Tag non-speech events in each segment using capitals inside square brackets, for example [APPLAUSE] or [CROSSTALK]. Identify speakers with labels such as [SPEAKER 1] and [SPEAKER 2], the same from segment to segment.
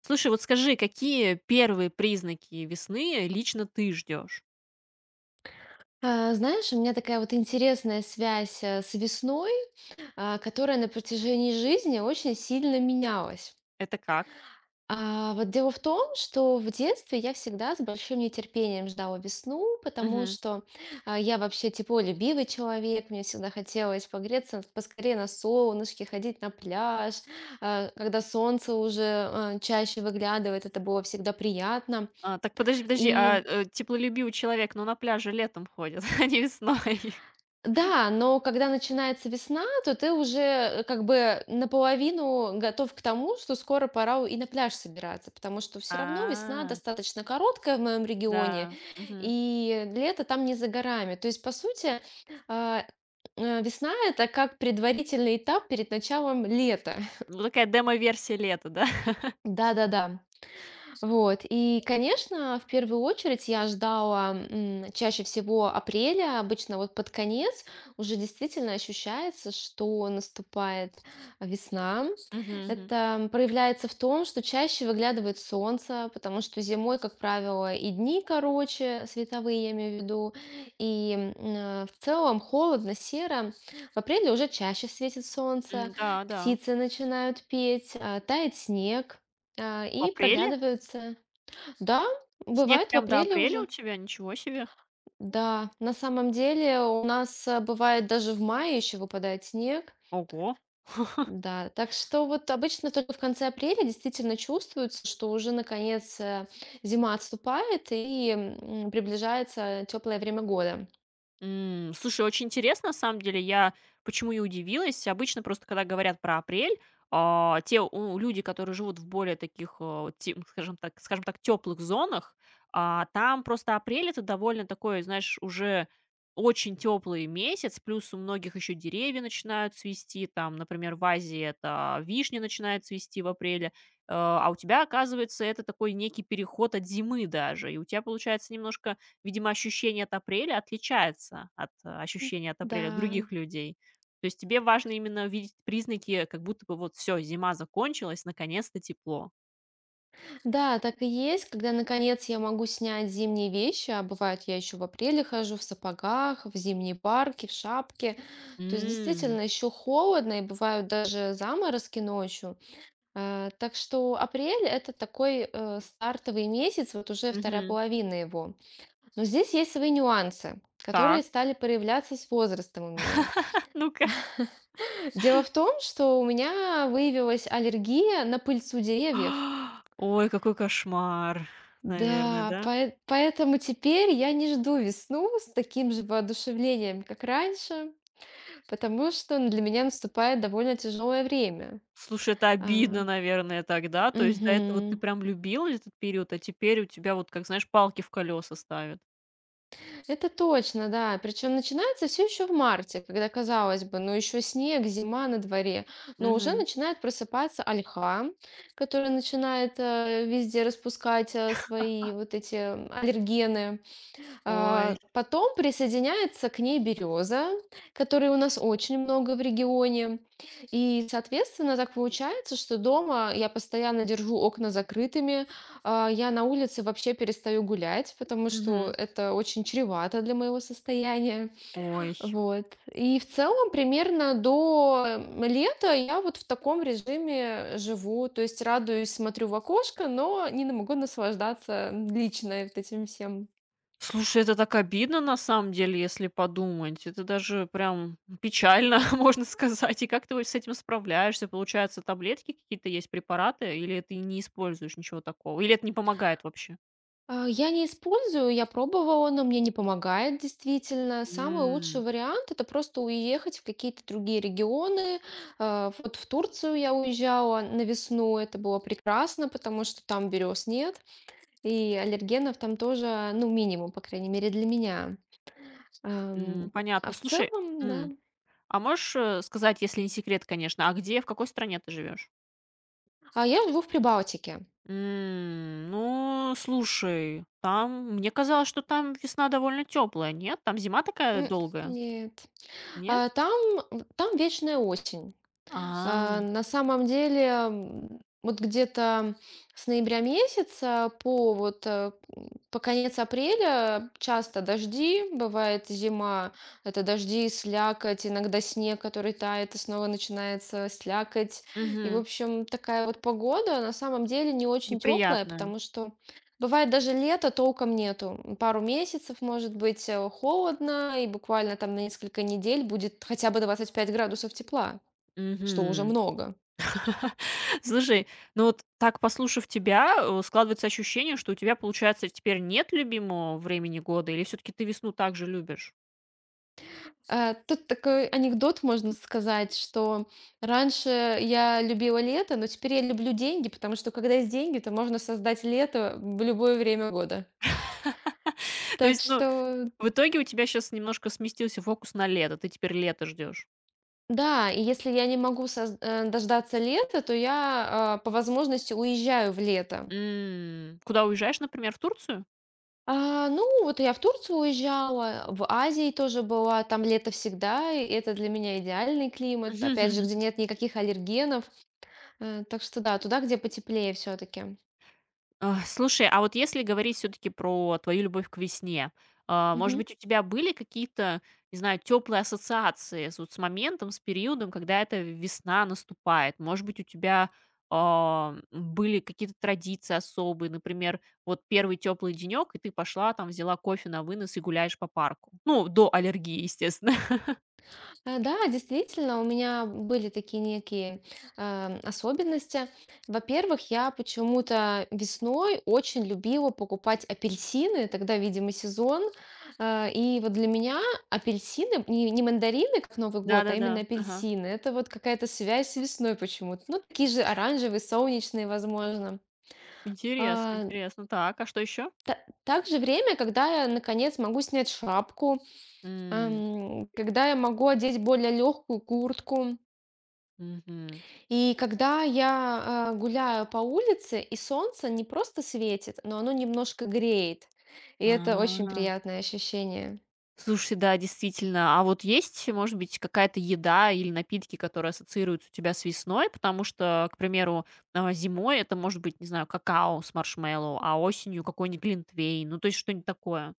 [SPEAKER 1] Слушай, вот скажи, какие первые признаки весны лично ты ждешь?
[SPEAKER 2] Знаешь, у меня такая вот интересная связь, с весной, которая на протяжении жизни очень сильно менялась.
[SPEAKER 1] Это как?
[SPEAKER 2] А, вот дело в том, что в детстве я всегда с большим нетерпением ждала весну, потому
[SPEAKER 1] Мгм.
[SPEAKER 2] что, я вообще теплолюбивый человек, мне всегда хотелось погреться поскорее на солнышке, ходить на пляж. А, когда солнце уже, чаще выглядывает, это было всегда приятно.
[SPEAKER 1] Так подожди, подожди,
[SPEAKER 2] И
[SPEAKER 1] теплолюбивый человек, но на пляже летом ходит, [LAUGHS] а не весной.
[SPEAKER 2] Да, но когда начинается весна, то ты уже, как бы наполовину готов к тому, что скоро пора и на пляж собираться, потому что все равно весна
[SPEAKER 1] А,
[SPEAKER 2] достаточно короткая в моем регионе,
[SPEAKER 1] да. Мгм.
[SPEAKER 2] и лето там не за горами. То есть, по сути, а, весна — это как предварительный этап перед началом лета.
[SPEAKER 1] Ну, такая демо-версия лета, да? [LAUGHS]
[SPEAKER 2] Да-да-да. Вот. И, конечно, в первую очередь я ждала чаще всего апреля, обычно вот под конец уже действительно ощущается, что наступает весна,
[SPEAKER 1] Мгм, мгм.
[SPEAKER 2] это проявляется в том, что чаще выглядывает солнце, потому что зимой, как правило, и дни короче, световые я имею в виду, и в целом холодно, серо. В апреле уже чаще светит солнце,
[SPEAKER 1] М, да, да.
[SPEAKER 2] птицы начинают петь, тает снег, а,
[SPEAKER 1] В
[SPEAKER 2] и
[SPEAKER 1] апреле?
[SPEAKER 2] проглядываются. Да,
[SPEAKER 1] Снег
[SPEAKER 2] бывает в
[SPEAKER 1] прям до
[SPEAKER 2] апреле
[SPEAKER 1] апреля
[SPEAKER 2] уже.
[SPEAKER 1] у тебя? Ничего себе.
[SPEAKER 2] Да, на самом деле у нас бывает даже в мае еще выпадает снег.
[SPEAKER 1] Ого.
[SPEAKER 2] Да, так что вот обычно только в конце апреля действительно чувствуется, что уже наконец зима отступает и приближается теплое время года.
[SPEAKER 1] М, слушай, очень интересно, на самом деле. Я почему и удивилась. Обычно просто, когда говорят про апрель, а, те у люди, которые живут в более таких, а, те скажем так, теплых зонах, там просто апрель — это довольно такой, знаешь, уже очень теплый месяц, плюс у многих еще деревья начинают цвести. Там, например, в Азии это вишня начинает цвести в апреле, а у тебя, оказывается, это такой некий переход от зимы даже. И у тебя получается немножко. Видимо, ощущение от апреля отличается от, ощущения от апреля
[SPEAKER 2] Да,
[SPEAKER 1] других людей. То есть тебе важно именно видеть признаки, как будто бы вот все, зима закончилась, наконец-то тепло.
[SPEAKER 2] да, так и есть, когда наконец я могу снять зимние вещи, а бывает я еще в апреле хожу в сапогах, в зимней парке, в шапке. То есть
[SPEAKER 1] М,
[SPEAKER 2] действительно еще холодно и бывают даже заморозки ночью. Э, Так что апрель — это такой стартовый месяц, вот уже вторая
[SPEAKER 1] мгм.
[SPEAKER 2] половина его. Но здесь есть свои нюансы, которые
[SPEAKER 1] Так,
[SPEAKER 2] стали проявляться с возрастом у меня.
[SPEAKER 1] [LAUGHS] ну-ка.
[SPEAKER 2] [LAUGHS] Дело в том, что у меня выявилась аллергия на пыльцу деревьев.
[SPEAKER 1] [GASPS] Ой, какой кошмар, наверное,
[SPEAKER 2] Да,
[SPEAKER 1] да?
[SPEAKER 2] поэтому теперь я не жду весну с таким же воодушевлением, как раньше, потому что для меня наступает довольно тяжелое время.
[SPEAKER 1] Слушай, это
[SPEAKER 2] А,
[SPEAKER 1] обидно, наверное, тогда. То есть до этого ты
[SPEAKER 2] мгм.
[SPEAKER 1] прям любил этот период, а теперь у тебя вот, как знаешь, палки в колеса ставят.
[SPEAKER 2] Это точно, да. Причем начинается все еще в марте, когда, казалось бы, ну еще снег, зима на дворе. Но уже
[SPEAKER 1] Мгм.
[SPEAKER 2] начинает просыпаться ольха, которая начинает везде распускать свои вот эти аллергены.
[SPEAKER 1] Ой.
[SPEAKER 2] А, потом присоединяется к ней береза, которой у нас очень много в регионе. И, соответственно, так получается, что дома я постоянно держу окна закрытыми. Я на улице вообще перестаю гулять, потому что
[SPEAKER 1] Мгм.
[SPEAKER 2] это очень чревато для моего состояния.
[SPEAKER 1] Ой.
[SPEAKER 2] Вот. И в целом примерно до лета я вот в таком режиме живу. То есть радуюсь, смотрю в окошко, но не могу наслаждаться лично вот этим всем.
[SPEAKER 1] Слушай, это так обидно, на самом деле, если подумать. Это даже прям печально, [LAUGHS] можно сказать. И как ты вот с этим справляешься? Получается, таблетки какие-то есть, препараты, или ты не используешь ничего такого? Или это не помогает вообще?
[SPEAKER 2] Я не использую, я пробовала, но мне не помогает действительно. Самый лучший
[SPEAKER 1] М,
[SPEAKER 2] вариант — это просто уехать в какие-то другие регионы. Э, Вот в Турцию я уезжала на весну, это было прекрасно, потому что там берез нет, и аллергенов там тоже, ну, минимум, по крайней мере, для меня.
[SPEAKER 1] м,
[SPEAKER 2] Ам, А
[SPEAKER 1] понятно.
[SPEAKER 2] в
[SPEAKER 1] Слушай,
[SPEAKER 2] целом, да.
[SPEAKER 1] м, а можешь сказать, если не секрет, конечно, а где, в какой стране ты живешь?
[SPEAKER 2] А я живу в Прибалтике.
[SPEAKER 1] М, ну, слушай, там, мне казалось, что там весна довольно теплая, нет? Там зима такая
[SPEAKER 2] М,
[SPEAKER 1] долгая,
[SPEAKER 2] Нет.
[SPEAKER 1] нет?
[SPEAKER 2] Там, там вечная осень.
[SPEAKER 1] А,
[SPEAKER 2] А, на самом деле, вот где-то с ноября месяца по вот по конец апреля часто дожди, бывает зима, это дожди, слякоть, иногда снег, который тает, и снова начинается слякоть. И, в
[SPEAKER 1] мгм.
[SPEAKER 2] общем, такая вот погода на самом деле не очень теплая,
[SPEAKER 1] Неприятно.
[SPEAKER 2] потому что бывает даже лето толком нету. М, Пару месяцев может быть холодно, и буквально там на несколько недель будет хотя бы 25 градусов тепла. Что уже
[SPEAKER 1] Мгм.
[SPEAKER 2] много.
[SPEAKER 1] [LAUGHS] Слушай, ну вот так, послушав тебя, складывается ощущение, что у тебя, получается, теперь нет любимого времени года, или все-таки ты весну также любишь?
[SPEAKER 2] Э, тут такой анекдот, можно сказать, что раньше я любила лето, но теперь я люблю деньги, потому что когда есть деньги, то можно создать лето в любое время года.
[SPEAKER 1] [LAUGHS] То
[SPEAKER 2] Так
[SPEAKER 1] есть, ну,
[SPEAKER 2] что
[SPEAKER 1] в итоге у тебя сейчас немножко сместился фокус на лето, ты теперь лето ждешь.
[SPEAKER 2] да, и если я не могу дождаться лета, то я по возможности уезжаю в лето.
[SPEAKER 1] М, куда уезжаешь, например, в Турцию?
[SPEAKER 2] А, ну, вот я в Турцию уезжала, в Азии тоже была, там лето всегда, и это для меня идеальный климат, опять же, где
[SPEAKER 1] [LAUGHS]
[SPEAKER 2] нет никаких аллергенов. Э, Так что да, туда, где потеплее все-таки.
[SPEAKER 1] А, слушай, а вот если говорить все таки про твою любовь к весне, может
[SPEAKER 2] Мгм.
[SPEAKER 1] быть, у тебя были какие-то, не знаю, теплые ассоциации с вот с моментом, с периодом, когда эта весна наступает? Может быть, у тебя, а, были какие-то традиции особые? Например, вот первый теплый денек и ты пошла там, взяла кофе на вынос и гуляешь по парку. Ну, до аллергии, естественно. [LAUGHS]
[SPEAKER 2] Э, Да, действительно, у меня были такие некие особенности. Во-первых, я почему-то весной очень любила покупать апельсины, тогда, видимо, сезон. И вот для меня апельсины, не мандарины, как Новый год, а именно
[SPEAKER 1] Да-да-да. Ага.
[SPEAKER 2] апельсины, это вот какая-то связь с весной почему-то. Ну, такие же оранжевые, солнечные, возможно.
[SPEAKER 1] Интересно,
[SPEAKER 2] А,
[SPEAKER 1] интересно. Так, а что еще?
[SPEAKER 2] та- также время, когда я наконец могу снять шапку.
[SPEAKER 1] М,
[SPEAKER 2] Когда я могу одеть более легкую куртку, и когда я, гуляю по улице, и солнце не просто светит, но оно немножко греет. И это очень
[SPEAKER 1] а.
[SPEAKER 2] приятное ощущение.
[SPEAKER 1] Слушай, да, действительно. А вот есть, может быть, какая-то еда или напитки, которые ассоциируются у тебя с весной? Потому что, к примеру, зимой это может быть, не знаю, какао с маршмеллоу, а осенью какой-нибудь глинтвейн. Ну, то есть что-нибудь такое.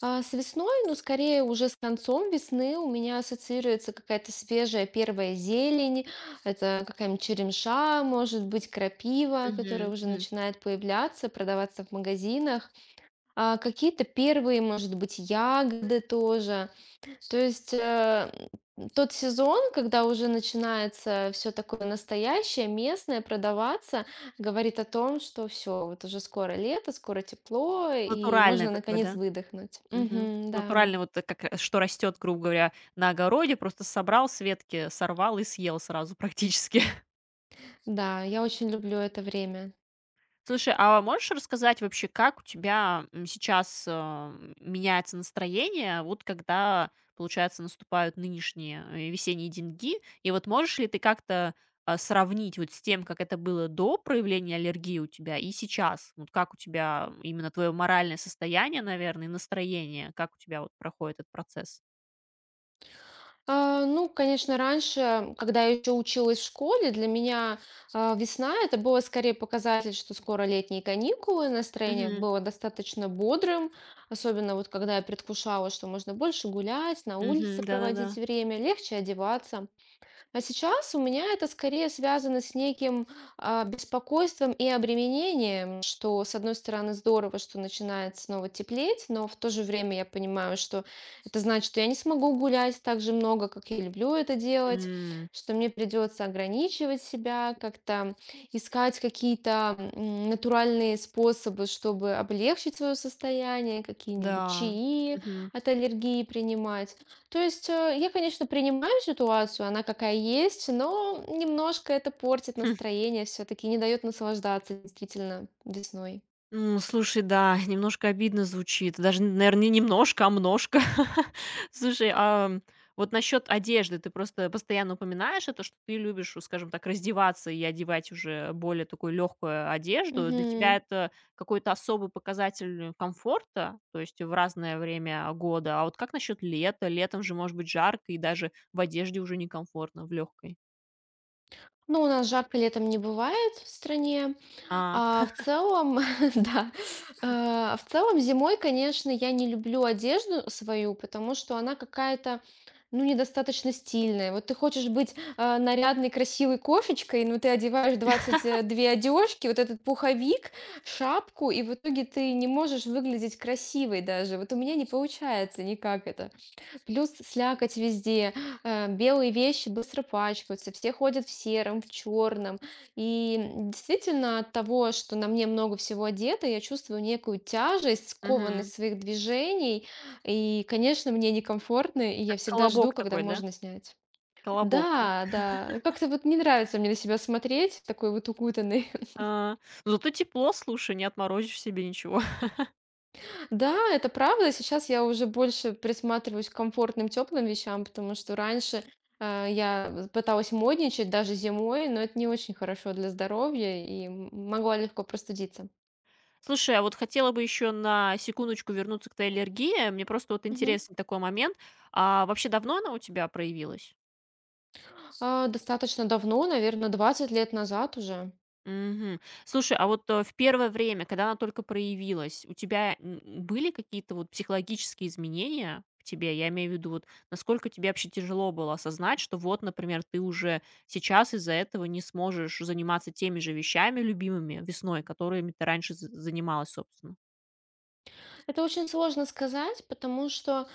[SPEAKER 2] А с весной, ну, скорее уже с концом весны у меня ассоциируется какая-то свежая первая зелень. Это какая-нибудь черемша, может быть, крапива, которая
[SPEAKER 1] Мгм,
[SPEAKER 2] уже
[SPEAKER 1] мгм.
[SPEAKER 2] начинает появляться, продаваться в магазинах. А, какие-то первые, может быть, ягоды тоже. То есть, тот сезон, когда уже начинается все такое настоящее, местное продаваться, говорит о том, что все вот уже скоро лето, скоро тепло, и
[SPEAKER 1] Натуральное
[SPEAKER 2] можно
[SPEAKER 1] такое,
[SPEAKER 2] наконец
[SPEAKER 1] да?
[SPEAKER 2] выдохнуть.
[SPEAKER 1] Мгм.
[SPEAKER 2] Мгм, да.
[SPEAKER 1] Натуральное вот как, что растет, грубо говоря, на огороде, просто собрал с ветки, сорвал и съел сразу практически.
[SPEAKER 2] Да, я очень люблю это время.
[SPEAKER 1] Слушай, а можешь рассказать вообще, как у тебя, м, сейчас, меняется настроение, вот когда, получается, наступают нынешние, весенние деньги? И вот можешь ли ты как-то, сравнить вот с тем, как это было до проявления аллергии у тебя и сейчас? Вот как у тебя именно твое моральное состояние, наверное, и настроение, как у тебя вот проходит этот процесс?
[SPEAKER 2] А, ну, конечно, раньше, когда я еще училась в школе, для меня, весна — это было скорее показатель, что скоро летние каникулы, настроение
[SPEAKER 1] Мгм.
[SPEAKER 2] было достаточно бодрым, особенно вот когда я предвкушала, что можно больше гулять, на
[SPEAKER 1] Мгм.
[SPEAKER 2] улице проводить
[SPEAKER 1] Да-да-да.
[SPEAKER 2] время, легче одеваться. А сейчас у меня это скорее связано с неким беспокойством и обременением, что, с одной стороны, здорово, что начинает снова теплеть, но в то же время я понимаю, что это значит, что я не смогу гулять так же много, как я люблю это делать,
[SPEAKER 1] М.
[SPEAKER 2] что мне придется ограничивать себя, как-то искать какие-то натуральные способы, чтобы облегчить свое состояние, какие-нибудь
[SPEAKER 1] Да.
[SPEAKER 2] чаи
[SPEAKER 1] Мгм.
[SPEAKER 2] от аллергии принимать. То есть, я, конечно, принимаю ситуацию, она какая есть, но немножко это портит
[SPEAKER 1] [LAUGHS]
[SPEAKER 2] настроение все-таки, не дает наслаждаться действительно весной.
[SPEAKER 1] М, слушай, да, [LAUGHS] немножко обидно звучит. Даже, наверное, не немножко, а множко. [LAUGHS] Слушай, а вот насчет одежды. Ты просто постоянно упоминаешь это, что ты любишь, у скажем так, раздеваться и одевать уже более такую легкую одежду. Для тебя
[SPEAKER 2] Мгм.
[SPEAKER 1] это какой-то особый показатель комфорта, то есть в разное время года. А вот как насчет лета? Летом же может быть жарко, и даже в одежде уже некомфортно, в легкой.
[SPEAKER 2] Ну, у нас жарко летом не бывает в стране.
[SPEAKER 1] А,
[SPEAKER 2] А в целом, [LAUGHS] да, в целом зимой, конечно, я не люблю одежду свою, потому что она какая-то, ну, недостаточно стильная. Вот ты хочешь быть нарядной, красивой кошечкой, но ты одеваешь 22 одежки, вот этот пуховик, шапку, и в итоге ты не можешь выглядеть красивой даже. Вот у меня не получается никак это. Плюс слякоть везде, белые вещи быстро пачкаются, все ходят в сером, в черном. И действительно от того, что на мне много всего одето, я чувствую некую тяжесть,
[SPEAKER 1] мгм.
[SPEAKER 2] скованность своих движений. И, конечно, мне некомфортно, и я
[SPEAKER 1] Как
[SPEAKER 2] всегда жду,
[SPEAKER 1] колобок
[SPEAKER 2] когда
[SPEAKER 1] такой, да?
[SPEAKER 2] можно снять.
[SPEAKER 1] Колобок, да?
[SPEAKER 2] Да, да, как-то вот не нравится мне на себя смотреть, такой вот укутанный.
[SPEAKER 1] А, ну зато тепло, слушай, не отморозишь себе ничего. [LAUGHS]
[SPEAKER 2] Да, это правда. Сейчас я уже больше присматриваюсь к комфортным, теплым вещам, потому что раньше я пыталась модничать даже зимой, но это не очень хорошо для здоровья и могла легко простудиться.
[SPEAKER 1] Слушай, а вот хотела бы еще на секундочку вернуться к твоей аллергии. Мне просто вот
[SPEAKER 2] Мгм.
[SPEAKER 1] интересный такой момент. А вообще давно она у тебя проявилась?
[SPEAKER 2] А, достаточно давно, наверное, 20 лет назад уже.
[SPEAKER 1] Мгм. Слушай, а вот в первое время, когда она только проявилась, у тебя м, были какие-то вот психологические изменения в тебе? Я имею в виду, вот насколько тебе вообще тяжело было осознать, что вот, например, ты уже сейчас из-за этого не сможешь заниматься теми же вещами любимыми весной, которыми ты раньше занималась, собственно.
[SPEAKER 2] Это очень сложно сказать, потому что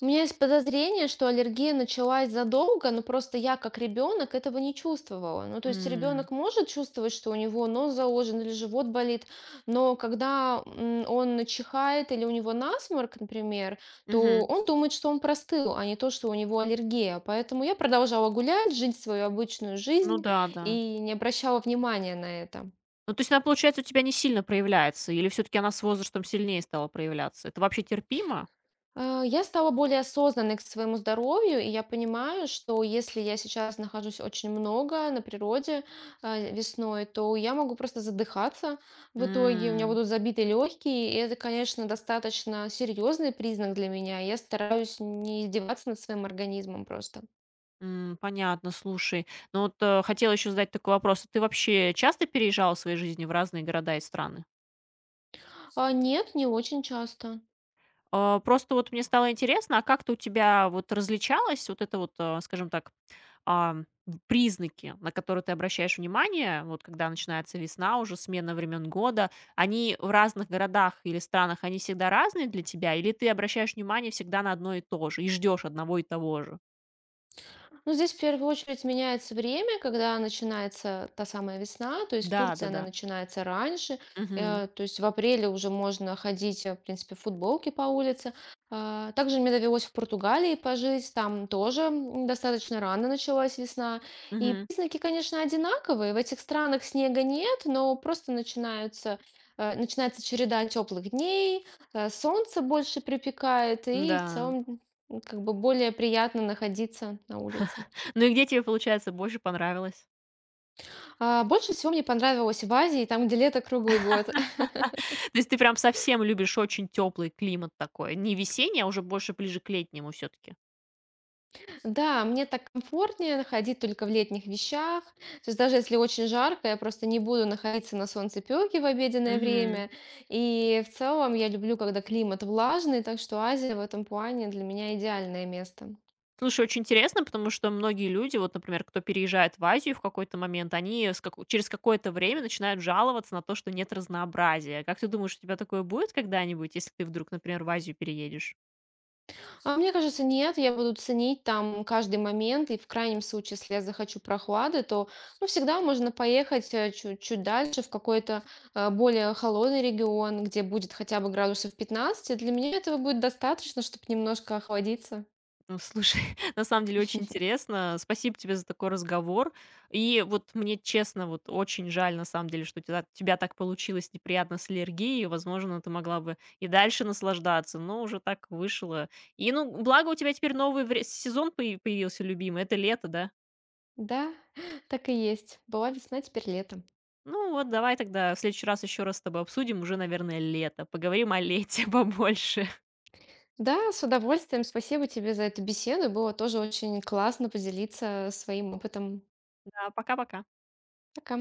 [SPEAKER 2] у меня есть подозрение, что аллергия началась задолго, но просто я как ребенок этого не чувствовала. Ну, то есть
[SPEAKER 1] М,
[SPEAKER 2] ребенок может чувствовать, что у него нос заложен или живот болит, но когда он чихает или у него насморк, например, то
[SPEAKER 1] мгм.
[SPEAKER 2] он думает, что он простыл, а не то, что у него аллергия. Поэтому я продолжала гулять, жить свою обычную
[SPEAKER 1] Ну
[SPEAKER 2] жизнь
[SPEAKER 1] да, да.
[SPEAKER 2] и не обращала внимания на это.
[SPEAKER 1] Ну, то есть она, получается, у тебя не сильно проявляется, или все таки она с возрастом сильнее стала проявляться? Это вообще терпимо?
[SPEAKER 2] Я стала более осознанной к своему здоровью, и я понимаю, что если я сейчас нахожусь очень много на природе весной, то я могу просто задыхаться в итоге, у меня
[SPEAKER 1] М,
[SPEAKER 2] будут забиты легкие, и это, конечно, достаточно серьезный признак для меня. Я стараюсь не издеваться над своим организмом просто.
[SPEAKER 1] м, понятно, слушай. Ну вот, хотела еще задать такой вопрос. Ты вообще часто переезжала в своей жизни в разные города и страны?
[SPEAKER 2] Нет, не очень часто.
[SPEAKER 1] А, просто вот мне стало интересно, а как-то у тебя вот различалось вот это вот, скажем так, а, признаки, на которые ты обращаешь внимание, вот когда начинается весна, уже смена времен года, они в разных городах или странах, они всегда разные для тебя, или ты обращаешь внимание всегда на одно и то же, и ждешь одного и того же?
[SPEAKER 2] Ну, здесь в первую очередь меняется время, когда начинается та самая весна, то есть в
[SPEAKER 1] Да,
[SPEAKER 2] Турции
[SPEAKER 1] да,
[SPEAKER 2] она
[SPEAKER 1] да.
[SPEAKER 2] начинается раньше,
[SPEAKER 1] Мгм.
[SPEAKER 2] то есть в апреле уже можно ходить, в принципе, в футболке по улице. А, Также мне довелось в Португалии пожить, там тоже достаточно рано началась весна. И
[SPEAKER 1] Мгм.
[SPEAKER 2] признаки, конечно, одинаковые. В этих странах снега нет, но просто начинаются, начинается череда теплых дней, солнце больше припекает, и
[SPEAKER 1] Да.
[SPEAKER 2] в целом как бы более приятно находиться на улице.
[SPEAKER 1] Ну и где тебе, получается, больше понравилось?
[SPEAKER 2] А, больше всего мне понравилось в Азии, там, где лето круглый год. [LAUGHS]
[SPEAKER 1] [LAUGHS] То есть ты прям совсем любишь очень теплый климат такой, не весенний, а уже больше ближе к летнему все-таки.
[SPEAKER 2] Да, мне так комфортнее ходить только в летних вещах. То есть даже если очень жарко, я просто не буду находиться на солнцепёке в обеденное
[SPEAKER 1] Мгм.
[SPEAKER 2] время. И в целом я люблю, когда климат влажный, так что Азия в этом плане для меня идеальное место.
[SPEAKER 1] Слушай, очень интересно, потому что многие люди, вот, например, кто переезжает в Азию в какой-то момент, они с через какое-то время начинают жаловаться на то, что нет разнообразия. Как ты думаешь, у тебя такое будет когда-нибудь, если ты вдруг, например, в Азию переедешь?
[SPEAKER 2] А мне кажется, нет, я буду ценить там каждый момент, и в крайнем случае, если я захочу прохлады, то ну, всегда можно поехать чуть дальше в какой-то более холодный регион, где будет хотя бы 15 градусов. Для меня этого будет достаточно, чтобы немножко охладиться.
[SPEAKER 1] Ну, слушай, [LAUGHS] на самом деле очень интересно. Спасибо тебе за такой разговор. И вот мне честно, вот очень жаль, на самом деле, что у тебя, тебя так получилось неприятно с аллергией. Возможно, ты могла бы и дальше наслаждаться, но уже так вышло. И, ну, благо у тебя теперь новый сезон появился, любимый. Это лето, да?
[SPEAKER 2] Да, [LAUGHS] так и есть. Была весна, теперь лето.
[SPEAKER 1] Ну вот, давай тогда в следующий раз еще раз с тобой обсудим. Уже, наверное, лето. Поговорим о лете [LAUGHS] побольше.
[SPEAKER 2] Да, с удовольствием. Спасибо тебе за эту беседу. Было тоже очень классно поделиться своим опытом.
[SPEAKER 1] Да, пока-пока.
[SPEAKER 2] Пока.